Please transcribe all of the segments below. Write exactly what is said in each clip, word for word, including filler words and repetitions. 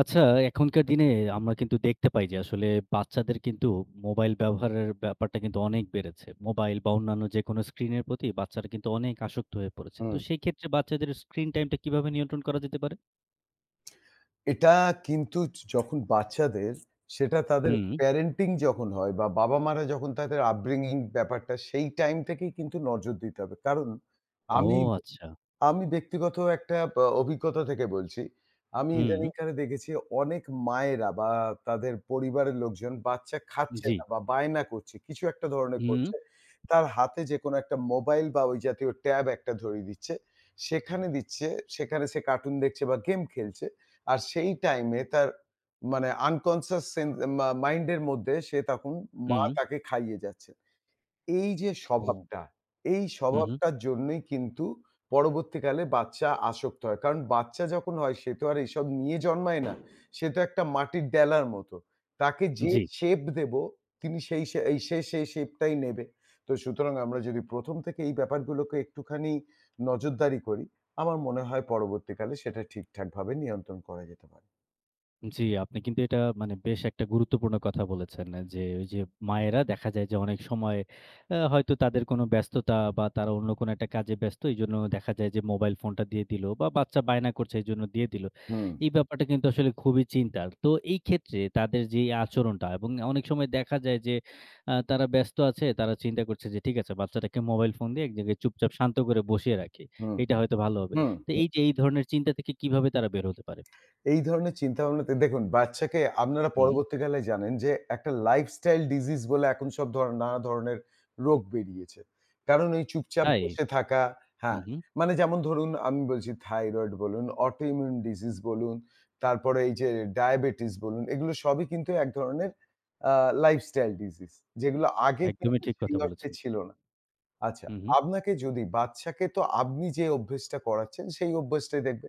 আচ্ছা, এখনকার দিনে আমরা কিন্তু দেখতে পাই যে আসলে বাচ্চাদের কিন্তু মোবাইল ব্যবহারের ব্যাপারটা কিন্তু অনেক বেড়েছে। মোবাইল বা অন্যান্য যেকোনো স্ক্রিনের প্রতি বাচ্চারা কিন্তু অনেক আসক্ত হয়ে পড়েছে। তো হুম, সেই ক্ষেত্রে বাচ্চাদের স্ক্রিন টাইমটা কিভাবে নিয়ন্ত্রণ করা যেতে পারে? এটা কিন্তু যখন বাচ্চাদের সেটা তাদের হুম। প্যারেন্টিং যখন হয় বা বাবা-মারা যখন তাদের আপব্রিংগিং ব্যাপারটা সেই টাইম থেকেই কিন্তু নজর দিতে হবে। কারণ ও আমি আচ্ছা। আমি ব্যক্তিগত একটা ব অভিজ্ঞতা থেকে বলছি। আমি হুম, ইদানিংকালে দেখেছি অনেক মায়েরা বা তাদের পরিবারের লোকজন বাচ্চা খাচ্ছে জি। না বা বায়না করছে, কিছু একটা ধরনের হুম, করছে। তার হাতে যেকোনো একটা মোবাইল বা ওই জাতীয় ট্যাব একটা ধরিয়ে দিচ্ছে। সেখানে দিচ্ছে, সেখানে সে কার্টুন দেখছে বা গেম খেলছে। আর সেই টাইমে তার মানে আনকনশিয়াস সেন মা মাইন্ড এর মধ্যে সে তখন মা হুম। তাকে খাইয়ে যাচ্ছে। এই যে ও, স্বভাবটা, এই হু, হু। স্বভাবটার জন্যই কিন্তু পরবর্তীকালে বাচ্চা আসক্ত হয়। কারণ বাচ্চা যখন হয় সে তো আর এসব নিয়ে জন্মায় না। সে তো একটা মাটির ডেলার মতো। তাকে যে জি। শেপ দেবো তিনি সেই শে এই সে সেই শেপটাই নেবে। তো সুতরাং আমরা যদি প্রথম থেকে এই ব্যাপারগুলোকে একটুখানি নজরদারি করি, আমার মনে হয় পরবর্তীকালে সেটা ঠিকঠাকভাবে নিয়ন্ত্রণ করা যেতে পারে। জি, আপনি কিন্তু এটা মানে বেশ একটা গুরুত্বপূর্ণ কথা বলেছেন যে, ওই যে মায়েরা দেখা যায় যে অনেক সময় আ হয়তো তাদের কোনো ব্যস্ততা বা তারা অন্য কোনো একটা কাজে ব্যস্ত। এইজন্য দেখা যায় যে মোবাইল ফোনটা দিয়ে দিল বা বাচ্চা বায়না করছে এইজন্য দিয়ে দিল। হুম, এই ব্যাপারটা কিন্তু আসলে খুবই চিন্তার। তো এই ক্ষেত্রে তাদের যে এই আচরণটা এবং অনেক সময় দেখা যায় যে আ তারা ব্যস্ত আছে, তারা চিন্তা করছে যে ঠিক আছে বাচ্চাটাকে মোবাইল ফোন দিয়ে এক জায়গায় চুপচাপ শান্ত করে বসিয়ে রাখি। হুম, এটা হয়তো ভালো হবে। হুম। তো এই যে এই ধরনের চিন্তা থেকে কিভাবে তারা বের হতে পারে? এই ধরনের চিন্তাভাবনাতে দেখুন বাচ্চাকে আপনারা হুম, পরবর্তীকালে জানেন যে একটা লাইফস্টাইল ডিজিজ বলে এখন সব ধর নানা ধরনের রোগ বেরিয়েছে। কারণ এই চুপচাপ তাই? বসে থাকা। হু, হ্যাঁ, হু। মানে যেমন ধরুন আমি বলছি থাইরয়েড বলুন, অটোইমিউন ডিজিজ বলুন, তারপরে এই যে ডায়াবেটিস বলুন, এগুলো সবই কিন্তু এক ধরনের আ লাইফস্টাইল ডিজিজ, যেগুলো আগে একদমই কিন্তু ঠিক সেই কথা অর্থে বলেছেন। ছিল না। আচ্ছা, হু, হু। আপনাকে যদি বাচ্চাকে তো আপনি যে অভ্যেসটা করাচ্ছেন সেই অভ্যেসটাই দেখবে।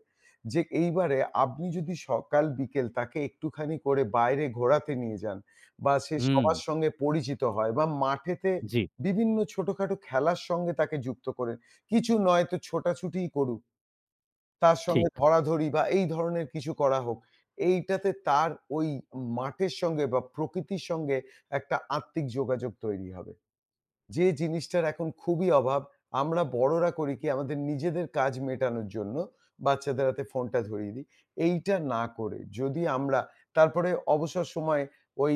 যে এইবারে আপনি যদি সকাল বিকেল তাকে একটুখানি করে বাইরে ঘোরাতে নিয়ে যান বা সে হুম, সবার সঙ্গে পরিচিত হয় বা মাঠেতে জি, বিভিন্ন ছোটখাটো খেলার সঙ্গে তাকে যুক্ত করেন। কিছু নয় তো ছোটাছুটিই করুক। তার সঙ্গে ঠিক। ধরাধরি বা এই ধরনের কিছু করা হোক। এইটাতে তার ওই মাঠের সঙ্গে বা প্রকৃতির সঙ্গে একটা আত্মিক যোগাযোগ তৈরি হবে। যে জিনিসটার এখন খুবই অভাব। আমরা বড়রা করি কি আমাদের নিজেদের কাজ মেটানোর জন্য বাচ্চাদের হাতে ফোনটা ধরিয়ে দিই। এইটা না করে যদি আমরা তারপরে অবসর সময়ে ওই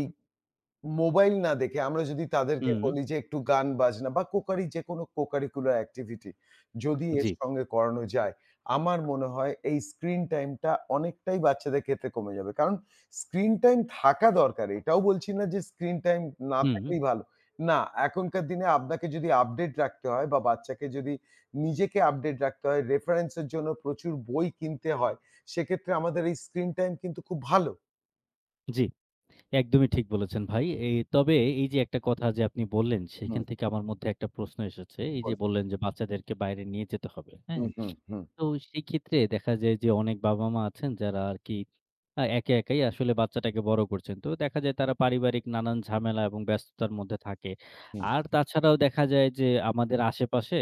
মোবাইল না দেখে আমরা যদি তাদেরকে হুম, বলি যে একটু গান বাজনা বা কোকারি যেকোনো co-curricular activity যদি এর জি, সঙ্গে করানো যায়, আমার মনে হয় এই স্ক্রিন টাইমটা অনেকটাই বাচ্চাদের ক্ষেত্রে কমে যাবে। কারণ স্ক্রিন টাইম থাকা দরকার। এটাও বলছি না যে স্ক্রিন টাইম না হুম, থাকলেই ভালো। না, এখনকার দিনে আপনাকে যদি আপডেট রাখতে হয় বা বাচ্চাকে যদি নিজেকে আপডেট রাখতে হয়, রেফারেন্স এর জন্য প্রচুর বই কিনতে হয়, সেক্ষেত্রে আমাদের এই স্ক্রিন টাইম কিন্তু খুব ভালো। জি। একদমই ঠিক বলেছেন ভাই। এই তবে এই যে একটা কথা যে আপনি বললেন, হুম, সেখান থেকে আমার মধ্যে একটা প্রশ্ন এসেছে। এই যে বলুন। বললেন যে বাচ্চাদেরকে বাইরে নিয়ে যেতে হবে। হ্যাঁ? হুম, হুম, হুম, তো সেক্ষেত্রে দেখা যায় যে অনেক বাবা-মা আছেন যারা আরকি আ একা একাই আসলে বাচ্চাটাকে বড় করছেন। তো দেখা যায় তারা পারিবারিক নানান ঝামেলা এবং ব্যস্ততার মধ্যে থাকে। হুম। আর তাছাড়াও দেখা যায় যে আমাদের আশেপাশে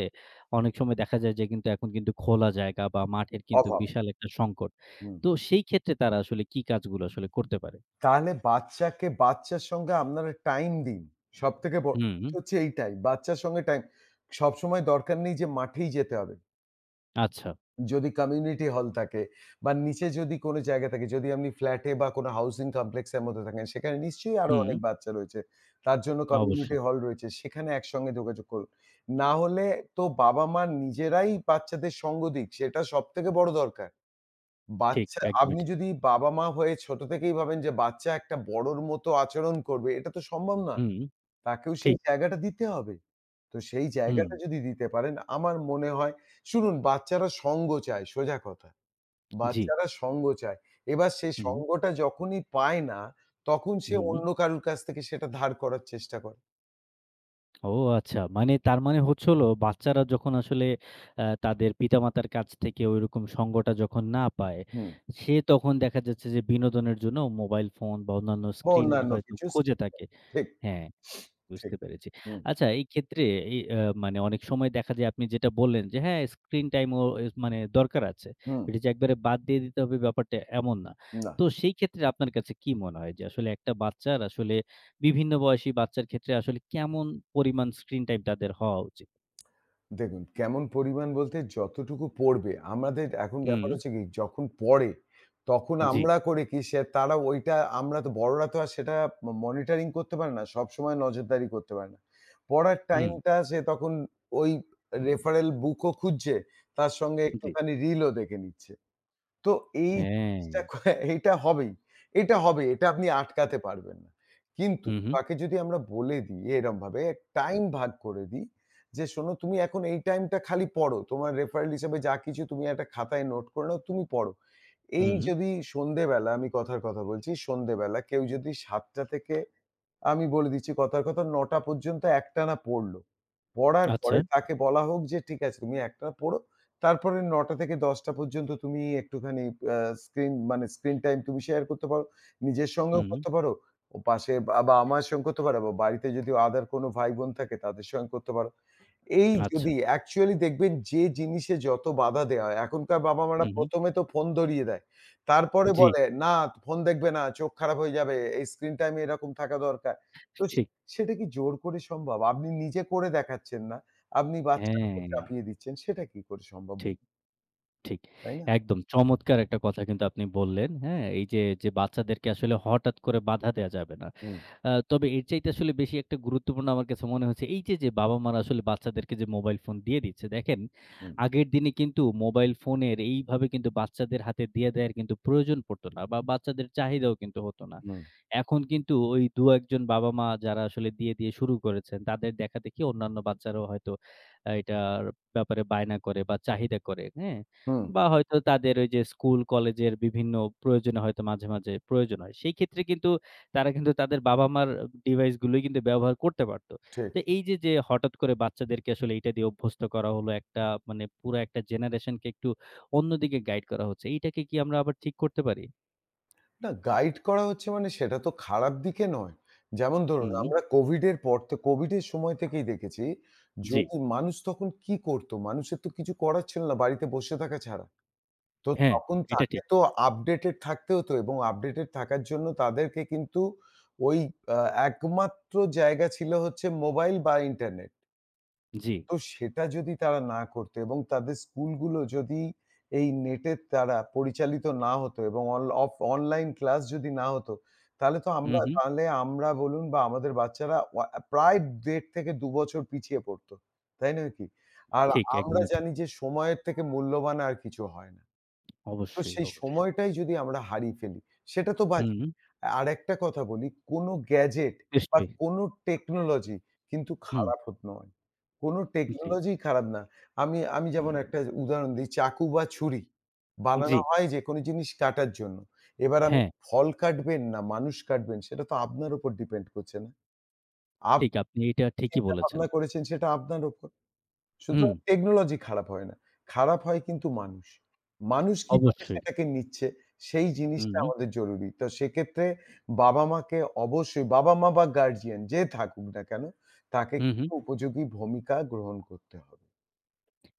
অনেক সময় দেখা যায় যে কিন্তু এখন কিন্তু খোলা জায়গা বা মাঠের কিন্তু অভাব। বিশাল একটা সংকট। হুম। তো সেই ক্ষেত্রে তারা আসলে কি কাজগুলো আসলে করতে পারে? তাহলে বাচ্চাকে বাচ্চার সঙ্গে আপনারা টাইম দিন। সবথেকে বড় হুম, কথা হচ্ছে এইটাই। বাচ্চার সঙ্গে টাইম। সবসময় দরকার নেই যে মাঠেই যেতে হবে। আচ্ছা। যদি কমিউনিটি হল থাকে বা নিচে যদি কোনো জায়গা থাকে, যদি আপনি ফ্ল্যাটে বা কোনো হাউসিং কমপ্লেক্স এর মধ্যে থাকেন, সেখানে নিশ্চয়ই আরো হুম, অনেক বাচ্চা রয়েছে। তার জন্য কমিউনিটি অবশ্যই। হল রয়েছে। সেখানে একসঙ্গে যোগাযোগ করুন। না হলে তো বাবা-মা নিজেরাই বাচ্চাদের সঙ্গ দিক। সেটা সবথেকে বড় দরকার। ঠিক, বাচ্চা একদমই আপনি ঠিক। যদি বাবা-মা হয়ে ছোট থেকেই ভাবেন যে বাচ্চা একটা বড়র মতো আচরণ করবে, এটা তো সম্ভব না। হুম, তাকেও সেই ঠিক। জায়গাটা দিতে হবে। তো সেই হুম, জায়গাটা যদি দিতে পারেন আমার মনে হয় শুনুন বাচ্চারা সঙ্গ চায় সোজা কথা। জি। বাচ্চারা সঙ্গ চায়। এবার সেই হুম, সঙ্গটা যখনই পায় না, তখন সে হুম। অন্য কারুর কাছ থেকে সেটা ধার করার চেষ্টা করে। ও আচ্ছা। মানে তার মানে হচ্ছে হলো বাচ্চারা যখন আসলে আ তাদের পিতামাতার কাছ থেকে ঐরকম সঙ্গটা যখন না পায়, হুম। সে তখন দেখা যাচ্ছে যে বিনোদনের জন্য মোবাইল ফোন বা অন্যান্য বা স্ক্রিন অন্যান্য হয়তো কিছু স খোঁজে থাকে। ঠিক, হ্যাঁ। ঠিক। বুঝতে পেরেছি। হুম, আচ্ছা এই ক্ষেত্রে এই আ মানে অনেক সময় দেখা যায় আপনি যেটা বললেন যে হ্যাঁ, স্ক্রিন টাইম ও এস মানে দরকার আছে। হুম, এটা যে একবারে বাদ দিয়ে দিতে হবে ব্যাপারটা এমন না। না। তো সেই ক্ষেত্রে আপনার কাছে কি মনে হয় যে আসলে একটা বাচ্চার আসলে বিভিন্ন বয়সী বাচ্চার ক্ষেত্রে আসলে কেমন পরিমাণ স্ক্রিন টাইম তাদের হওয়া উচিত? দেখুন, কেমন পরিমাণ বলতে যতটুকু পড়বে। আমাদের এখন হুম, ব্যাপার হচ্ছে কি যখন পড়ে, তখন হুম। জি, আমরা করি কি সে তারা ওইটা আমরা তো বড়রা তো আর সেটা ম মনিটরিং করতে পারে না। সবসময় নজরদারি করতে পারে না। পড়ার হুম। হুম, টাইমটা সে তখন ওই রেফারেল বুকও খুঁজছে, তার সঙ্গে জি। একটুখানি রিলও দেখে নিচ্ছে। তো এই হ্যাঁ। জিনিসটা ক এইটা হবেই। এটা হবে। এটা আপনি আটকাতে পারবেন না। কিন্তু হুম, হুম, তাকে যদি আমরা বলে দিই এরমভাবে টাইম ভাগ করে দিই যে, "শোনো তুমি এখন এই টাইমটা খালি পড়ো। তোমার রেফারেল হিসেবে যা কিছু তুমি একটা খাতায় নোট করে নাও, তুমি পড়ো।" এই হুম, যদি সন্ধ্যেবেলা আমি কথার কথা বলছি, সন্ধ্যেবেলা কেউ যদি সাতটা থেকে আমি বলে দিচ্ছি কথার কথা নয়টা পর্যন্ত একটানা পড়ল। পড়ার আচ্ছা, পরে তাকে বলা হোক যে, "ঠিক আছে তুমি একটানা পড়ো। তারপরে নয়টা থেকে দশটা পর্যন্ত তুমি একটুখানি আ স্ক্রিন মানে স্ক্রিন টাইম তুমি শেয়ার করতে পারো। নিজের সঙ্গেও হুম, করতে পারো। ও পাশে বাবা-মার সঙ্গে করতে পারো বা বাড়িতে যদি other কোনো ভাই-বোন থাকে তাদের সঙ্গে করতে পারো।" এই আচ্ছা, যদি অ্যাকচুয়ালি দেখবেন যে জিনিসে যত বাধা দেয়া হয়, এখনকার বাবা-মারা হুম, হুম, প্রথম এ তো ফোন ধরিয়ে দেয়। তারপরে জি, বলে, "না, ফোন দেখবে না, চোখ খারাপ হয়ে যাবে। এই স্ক্রিন টাইম এরকম থাকা দরকার।" তো সে- ঠিক। সেটা কি জোর করে সম্ভব? আপনি নিজে করে দেখাচ্ছেন না। আপনি বাচ্চার উপর হ্যাঁ, চাপিয়ে দিচ্ছেন। সেটা কি করে সম্ভব? ঠিক। ঠিক। তাই না? একদম চমৎকার একটা কথা কিন্তু আপনি বললেন, হ্যাঁ? এই যে, যে বাচ্চাদেরকে আসলে হঠাৎ করে বাধা দেয়া যাবে না। হুম, আ তবে এর চাইতে আসলে বেশি একটা গুরুত্বপূর্ণ আমার কাছে মনে হচ্ছে এই যে, যে বাবা-মারা আসলে বাচ্চাদেরকে যে মোবাইল ফোন দিয়ে দিচ্ছে, দেখেন হুম, আগের দিনে কিন্তু মোবাইল ফোনের এইভাবে কিন্তু বাচ্চাদের হাতে দিয়ে দেয়ার কিন্তু প্রয়োজন পড়তো না বা বাচ্চাদের চাহিদাও কিন্তু হতো না। হুম, এখন কিন্তু ওই দুই-এক জন বাবা-মা যারা আসলে দিয়ে, দিয়ে শুরু করেছেন, তাদের দেখাদেখি অন্যান্য বাচ্চারাও হয়তো আ এটার ব্যাপারে বায়না করে বা চাহিদা করে, হ্যাঁ? হুম, বা হয়তো তাদের ওই যে স্কুল, কলেজের বিভিন্ন প্রয়োজনে হয়তো মাঝে, মাঝে প্রয়োজন হয়। সেই ক্ষেত্রে কিন্তু তারা কিন্তু তাদের বাবা-মার ডিভাইস গুলোই কিন্তু ব্যবহার করতে পারত। ঠিক। তো এই যে, যে হঠাৎ করে বাচ্চাদেরকে আসলে এইটা দিয়ে অভ্যস্ত করা হলো, একটা মানে পুরা একটা জেনারেশন কে একটু অন্যদিকে গাইড করা হচ্ছে। এইটাকে কি আমরা আবার ঠিক করতে পারি? না, গাইড করা হচ্ছে মানে সেটা তো খারাপ দিকে নয়। যেমন ধরুন হুম, আমরা COVID এর পর তো COVID এর সময় থেকেই দেখেছি জি। যদি মানুষ তখন কি করত? মানুষের তো কিছু করার ছিল না বাড়িতে বসে থাকা ছাড়া। তো হ্যাঁ, তখন এটা তাকে ঠিক। তো আপডেটেড থাকতে হতো এবং আপডেটেড থাকার জন্য তাদেরকে কিন্তু ওই আ একমাত্র জায়গা ছিল হচ্ছে মোবাইল বা ইন্টারনেট। জি। তো সেটা যদি তারা না করতো এবং তাদের স্কুলগুলো যদি এই নেটের দ্বারা পরিচালিত না হতো এবং অন অফ অনলাইন ক্লাস যদি না হতো, তাহলে তো হুম, আমরা হুম। তাহলে আমরা বলুন বা আমাদের বাচ্চারা ওয়া প্রায় দেড় থেকে দুই বছর পিছিয়ে পড়তো। তাই নয় কি? আর ঠিক, আমরা একদমই ঠিক। জানি যে সময়ের থেকে মূল্যবান আর কিছু হয় না। তো অবশ্যই, সেই অবশ্যই। সময়টাই যদি আমরা হারিয়ে ফেলি, সেটা তো হুম, বাজে। হুম, আরেকটা কথা বলি, কোনো গ্যাজেট বা নিশ্চয়ই। কোনো টেকনোলজি কিন্তু হুম, খারাপ হত নয়। কোনো জি, টেকনোলজিই খারাপ না। আমি আমি যেমন একটা উদাহরণ দিই, চাকু বা ছুরি জি। বানানো হয় যেকোনো জিনিস কাটার জন্য। এবার আপনি হ্যাঁ, ফল কাটবেন না মানুষ কাটবেন সেটা তো আপনার উপর ডিপেন্ড করছে না। ঠিক আপনি আপনি এটা ঠিকই চিন্তা বলেছেন। ভাবনা করেছেন সেটা আপনার উপর। শুধু হুম, টেকনোলজি খারাপ হয় না। খারাপ হয় কিন্তু মানুষ। মানুষ কিভাবে অবশ্যই। সেটাকে নিচ্ছে সেই হুম, হুম, জিনিসটা হুম। আমাদের জরুরি। তো সেক্ষেত্রে বাবা-মাকে অবশ্যই বাবা-মা বা গার্ডিয়ান যে থাকুক না কেন তাকে হুম। কিন্তু উপযোগী ভূমিকা গ্রহণ করতে হবে।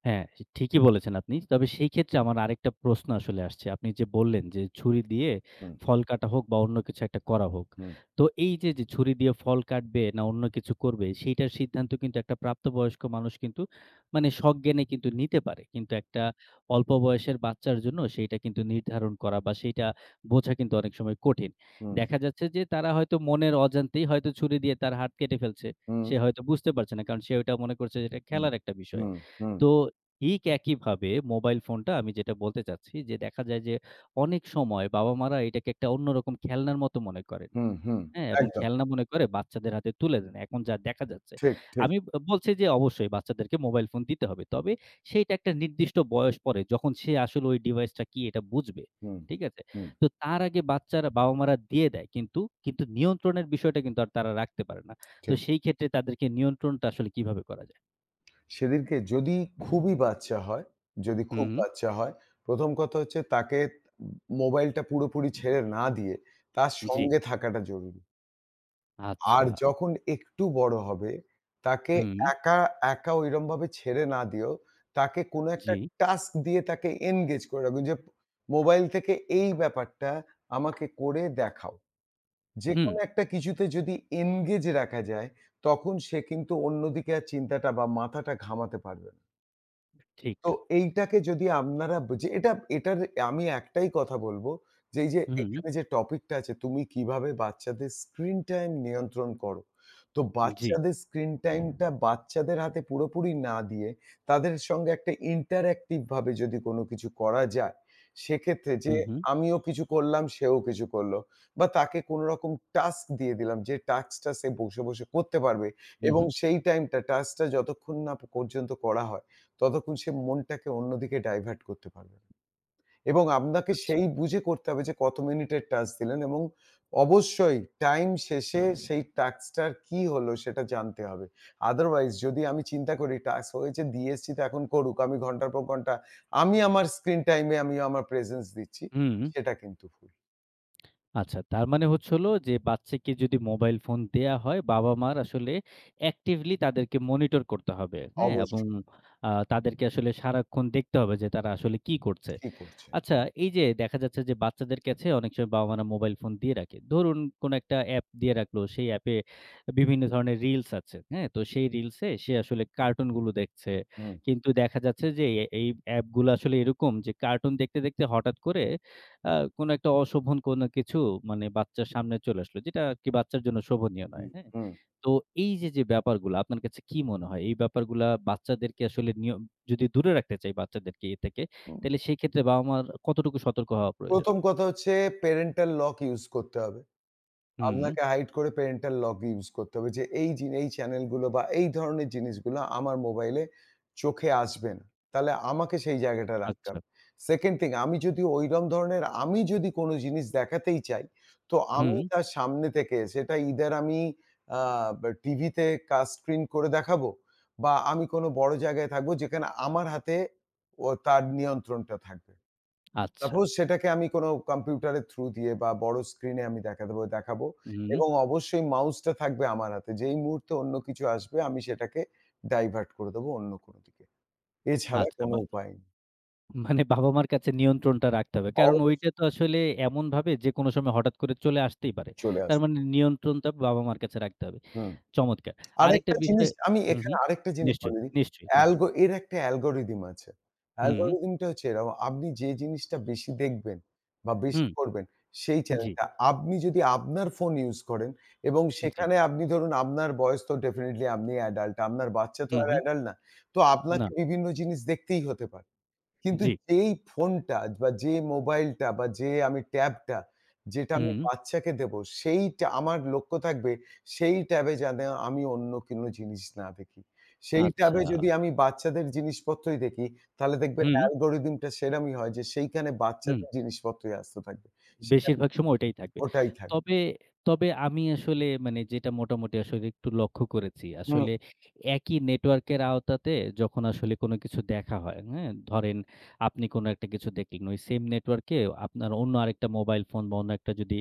হ্যাঁ, সে ঠিকই বলেছেন আপনি। তবে সেই ক্ষেত্রে আমার আরেকটা প্রশ্ন আসলে আসছে। আপনি যে বললেন যে, ছুরি দিয়ে হুম, ফল কাটা হোক বা অন্য কিছু একটা করা হোক। হুম, তো এই যে, যে ছুরি দিয়ে ফল কাটবে না অন্য কিছু করবে, সেইটার সিদ্ধান্ত কিন্তু একটা প্রাপ্তবয়স্ক মানুষ কিন্তু মানে সজ্ঞানে কিন্তু নিতে পারে। কিন্তু একটা অল্প বয়সের বাচ্চার জন্য সেইটা কিন্তু নির্ধারণ করা বা সেইটা বোঝা কিন্তু অনেক সময় কঠিন। হুম, দেখা যাচ্ছে যে, তারা হয়তো মনের অজান্তেই হয়তো ছুরি দিয়ে তার হাত কেটে ফেলছে। হুম, সে হয়তো বুঝতে পারছে না। কারণ সে ওইটা মনে করছে যে, এটা হুম, খেলার একটা বিষয়। হুম, হুম, তো ঠিক একইভাবে মোবাইল ফোনটা আমি যেটা বলতে চাচ্ছি যে দেখা যায় যে অনেক সময় বাবা-মারা এটাকে একটা অন্যরকম খেলনার মতো মনে করেন। হুম, হুম, হ্যাঁ? এবং একদম। খেলনা মনে করে বাচ্চাদের হাতে তুলে দেন। এখন যা দেখা যাচ্ছে। ঠিক, ঠিক। আমি ব বলছি যে অবশ্যই বাচ্চাদেরকে মোবাইল ফোন দিতে হবে। তবে সেইটা একটা নির্দিষ্ট বয়স পরে যখন সে আসলে ওই ডিভাইসটা কি এটা বুঝবে। হুম, ঠিক আছে? হুম, তো তার আগে বাচ্চারা বাবা-মারা দিয়ে দেয় কিন্তু, কিন্তু নিয়ন্ত্রণের বিষয়টা কিন্তু আর তারা রাখতে পারে না। তো ঠিক। সেই ক্ষেত্রে তাদেরকে নিয়ন্ত্রণটা আসলে কিভাবে করা যায়? সেদিনকে যদি খুবই বাচ্চা হয়, যদি খুব হুম। বাচ্চা হয়, প্রথম কথা হচ্ছে তাকে মোবাইলটা পুরোপুরি ছেড়ে না দিয়ে তার জি, সঙ্গে থাকাটা জরুরি। আর আচ্ছা। যখন একটু বড় হবে তাকে হুম, একা, একা ঐরমভাবে ছেড়ে না দিয়েও তাকে কোনো একটা জি, টাস্ক দিয়ে তাকে এনগেজ করে রাখুন যে মোবাইল থেকে এই ব্যাপারটা আমাকে করে দেখাও। হুম, যেকোনো একটা কিছুতে যদি এনগেজ রাখা যায় তখন সে কিন্তু অন্যদিকে আর চিন্তাটা বা মাথাটা ঘামাতে পারবে না। ঠিক। তো এইটাকে যদি আপনারা যে এটা এটার আমি একটাই কথা বলবো যে এই যে হুম, এখানে যে টপিকটা আছে তুমি কিভাবে বাচ্চাদের স্ক্রিন টাইম নিয়ন্ত্রণ করো। তো জি, বাচ্চাদের স্ক্রিন টাইমটা বাচ্চাদের হাতে পুরোপুরি না দিয়ে তাদের সঙ্গে একটা ইন্টারেক্টিভ ভাবে যদি কোনো কিছু করা যায়, সেক্ষেত্রে যে হুম, হুম, আমিও কিছু করলাম সেও কিছু করলো বা তাকে কোনো রকম টাস্ক দিয়ে দিলাম যে টাস্কটা সে বসে, বসে করতে পারবে হুম, এবং হুম, সেই টাইমটা টাস্কটা যতক্ষণ না পর্যন্ত করা হয় ততক্ষণ সে মনটাকে অন্যদিকে ডাইভার্ট করতে পারবে না। এবং আপনাকে আচ্ছা, সেই বুঝে করতে হবে যে কত মিনিটের টাস্ক দিলেন এবং অবশ্যই টাইম শেষে সেই টাস্কটার কি হলো সেটা জানতে হবে। আদারওয়াইজ যদি আমি চিন্তা করি টাস্ক হয়েছে দিয়ে এসছি তো এখন করুক। আমি ঘন্টার পর ঘন্টা আমি আমার স্ক্রিন টাইম এ আমি আমার প্রেজেন্স দিচ্ছি, হুম, সেটা কিন্তু ভুল। আচ্ছা। তার মানে হচ্ছে হলো যে বাচ্চাকে যদি মোবাইল ফোন দেয়া হয়, বাবা-মার আসলে অ্যাক্টিভলি তাদেরকে মনিটর করতে হবে, হ্যাঁ? এবং অবশ্যই আ তাদেরকে আসলে সারাক্ষণ দেখতে হবে যে তারা আসলে কি করছে। কি করছে। আচ্ছা, এই যে দেখা যাচ্ছে যে বাচ্চাদের কাছে অনেক সময় বাবা-মারা মোবাইল ফোন দিয়ে রাখে। ধরুন কোন একটা অ্যাপ দিয়ে রাখলো, সেই অ্যাপে বিভিন্ন ধরনের রিলস আছে, হ্যাঁ? তো সেই রিলসে সে আসলে কার্টুনগুলো দেখছে। হুম, কিন্তু দেখা যাচ্ছে যে এ এই অ্যাপগুলো আসলে এরকম যে কার্টুন দেখতে, দেখতে হঠাৎ করে আ কোন একটা অশোভন কোন কিছু মানে বাচ্চার সামনে চলে আসলো, যেটা আরকি বাচ্চার জন্য শোভনীয় হুম। নয়, হ্যাঁ? হুম। তো এই যে, যে ব্যাপারগুলা আপনার কাছে কি মনে হয়? এই ব্যাপারগুলা বাচ্চাদেরকে আসলে নিয়ম যদি দূরে রাখতে চাই বাচ্চাদেরকে এ থেকে, উম তাইলে সেই ক্ষেত্রে বাবা-মার কতটুকু সতর্ক হওয়া প্রয়োজন? ১ম কথা হচ্ছে প্যারেন্টাল লক ইউস করতে হবে। হুম, আপনাকে হাইড করে প্যারেন্টাল লক ইউস করতে হবে যে এই জিন এই চ্যানেলগুলো বা এই ধরনের জিনিসগুলো আমার মোবাইলে চোখে আসবে না। তাহলে আমাকে সেই জায়গাটা রাখতে আচ্ছা। হবে। সেকেন্ড থিং আমি যদি ঐরকম ধরনের আমি যদি কোনো জিনিস দেখাতেই চাই, তো হুম। আমি তার সামনে থেকে সেটা either আমি আ বা টিভিতে কাচ স্ক্রিন করে দেখাবো বা আমি কোনো বড় জায়গায় থাকবো যেখানে আমার হাতে ও তার নিয়ন্ত্রণটা থাকবে। আচ্ছা। সাপোজ সেটাকে আমি কোনো কম্পিউটারের থ্রু দিয়ে বা বড় স্ক্রিনে আমি দেখাতে পারব দেখাবো হুম, এবং অবশ্যই মাউসটা থাকবে আমার হাতে। যেই মুহূর্তে অন্য কিছু আসবে আমি সেটাকে ডাইভার্ট করে দেবো অন্য কোনো দিকে। এছাড়া আচ্ছা কোনো বা উপায় নেই। মানে বাবা-মার কাছে নিয়ন্ত্রণটা রাখতে হবে। কারণ অবশ্যই ওইটা তো আসলে এমনভাবে যেকোনো সময় হঠাৎ করে চলে আসতেই পারে। চলে তার আসবে। মানে নিয়ন্ত্রণটা বাবা-মার কাছে রাখতে হবে। হুম। চমৎকার। আরেকটা আরেকটা বিষয় জিনিস আমি হুম, এখানে হুম। আরেকটা জিনিস নিশ্চয়ই, বলে দিই। নিশ্চয়ই, নিশ্চয়ই। অ্যালগো এর একটা অ্যালগরিদম আছে। হুম, অ্যালগরিদমটা হচ্ছে এরকম আপনি যে জিনিসটা বেশি দেখবেন বা বেশি হুম। করবেন সেই জি, চ্যানেলটা আপনি যদি আপনার ফোন ইউজ করেন এবং জি। সেখানে আপনি ধরুন আপনার বয়স তো ডেফিনিটলি আপনি অ্যাডাল্ট, আপনার বাচ্চা তো হুম, আর হুম। অ্যাডাল্ট না। তো আপনাকে না, বিভিন্ন জিনিস দেখতেই হতে পারে। কিন্তু জি। যেই ফোনটা বা যে মোবাইলটা বা যে আমি ট্যাবটা, যেটা আমি হুম। বাচ্চাকে দেবো, সেইটা আমার লক্ষ্য থাকবে সেই ট্যাবে যেন আমি অন্য কোনো জিনিস না দেখি। সেই আচ্ছা। ট্যাবে যদি আমি বাচ্চাদের জিনিসপত্রই দেখি, তাহলে দেখবেন হুম, অ্যালগরিদমটা সেরমই হয় যে সেইখানে হুম। বাচ্চাদের জিনিসপত্রই আসতে থাকবে। সেখানে বেশিরভাগ সময় ওটাই থাকবে। ওটাই থাকবে। তবে তবে আমি আসলে মানে যেটা মোটামুটি আসলে একটু লক্ষ্য করেছি। হুম, আসলে একই নেটওয়ার্কের আওতাতে যখন আসলে কোনো কিছু দেখা হয়, হ্যাঁ? ধরেন আপনি কোনো একটা কিছু দেখলেন। ওই সেম নেটওয়ার্কে আপনার অন্য আরেকটা মোবাইল ফোন বা অন্য একটা যদি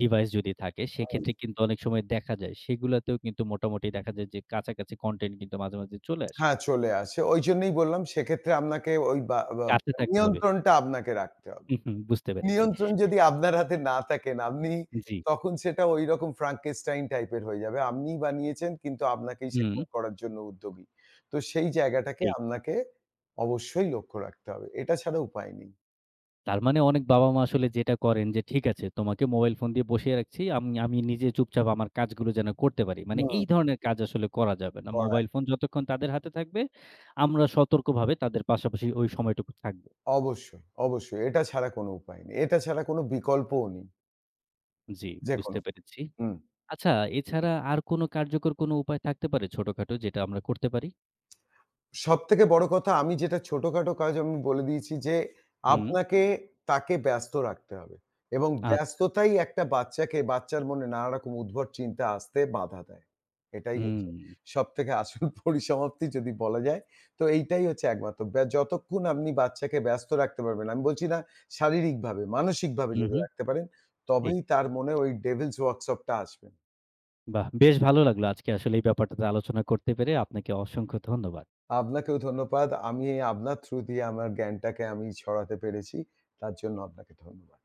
ডিভাইস যদি থাকে, হুম। সেক্ষেত্রে কিন্তু অনেক সময় দেখা যায়। সেগুলাতেও কিন্তু মোটামুটি দেখা যায় যে কাছাকাছি কনটেন্ট কিন্তু মাঝে, মাঝে চলে আসে। হ্যাঁ, চলে আসে। ওইজন্যই বললাম সেক্ষেত্রে আপনাকে ওই বা বা কাছে থাকতে হবে। নিয়ন্ত্রণটা আপনাকে রাখতে হবে। হুম, হুম বুঝতে পেরেছি। নিয়ন্ত্রণ যদি আপনার হাতে না থাকেন, আপনি জি। তখন সেটা ঐরকম Frankenstein টাইপের হয়ে যাবে। আপনিই বানিয়েছেন কিন্তু আপনাকেই হুম, সেরকম করার জন্য উদ্যোগী। তো সেই জায়গাটাকে ঠিক। আপনাকে অবশ্যই লক্ষ্য রাখতে হবে। এটা ছাড়া উপায় নেই। তার মানে অনেক বাবা-মা আসলে যেটা করেন যে, ঠিক আছে তোমাকে মোবাইল ফোন দিয়ে বসিয়ে রাখছি। আমি আমি নিজে চুপচাপ আমার কাজগুলো যেন করতে পারি। মানে হুম। এই ধরনের কাজ আসলে করা যাবে না। করা মোবাইল ফোন যতক্ষণ তাদের হাতে থাকবে, আমরা সতর্কভাবে তাদের পাশাপাশি ওই সময়টুকু থাকবো। অবশ্যই, অবশ্যই। এটা ছাড়া কোনো উপায় নেই। এটা ছাড়া কোনো বিকল্পও নেই। জি, যেকোনো। বুঝতে পেরেছি। হুম। আচ্ছা এছাড়া আর কোনো কার্যকর কোনো উপায় থাকতে পারে ছোটখাটো যেটা আমরা করতে পারি? সবথেকে বড় কথা আমি যেটা ছোটখাটো কাজ আমি বলে দিয়েছি যে, হুম। হুম, আপনাকে তাকে ব্যস্ত রাখতে হবে এবং আচ্ছা। ব্যস্ততাই একটা বাচ্চাকে বাচ্চার মনে নানারকম উদ্ভট চিন্তা আসতে বাধা দেয়। এটাই হুম, হচ্ছে সবথেকে আসল পরিসমাপ্তি যদি বলা যায়। তো এইটাই হচ্ছে একমাত্র ব্যা যতক্ষণ আপনি বাচ্চাকে ব্যস্ত রাখতে পারবেন, আমি বলছি না শারীরিকভাবে, মানসিকভাবে হুম, যদি হুম, রাখতে পারেন, ঠিক। তবেই তার মনে ওই ডেভিলস ওয়ার্কশপ টা আসবে। বাহ! বেশ ভালো লাগলো আজকে আসলে এই ব্যাপারটাতে আলোচনা করতে পেরে আপনাকে অসংখ্য ধন্যবাদ। আপনাকেও ধন্যবাদ। আমি আপনার থ্রু দিয়ে আমার জ্ঞানটাকে আমি ছড়াতে পেরেছি। তার জন্য আপনাকে ধন্যবাদ।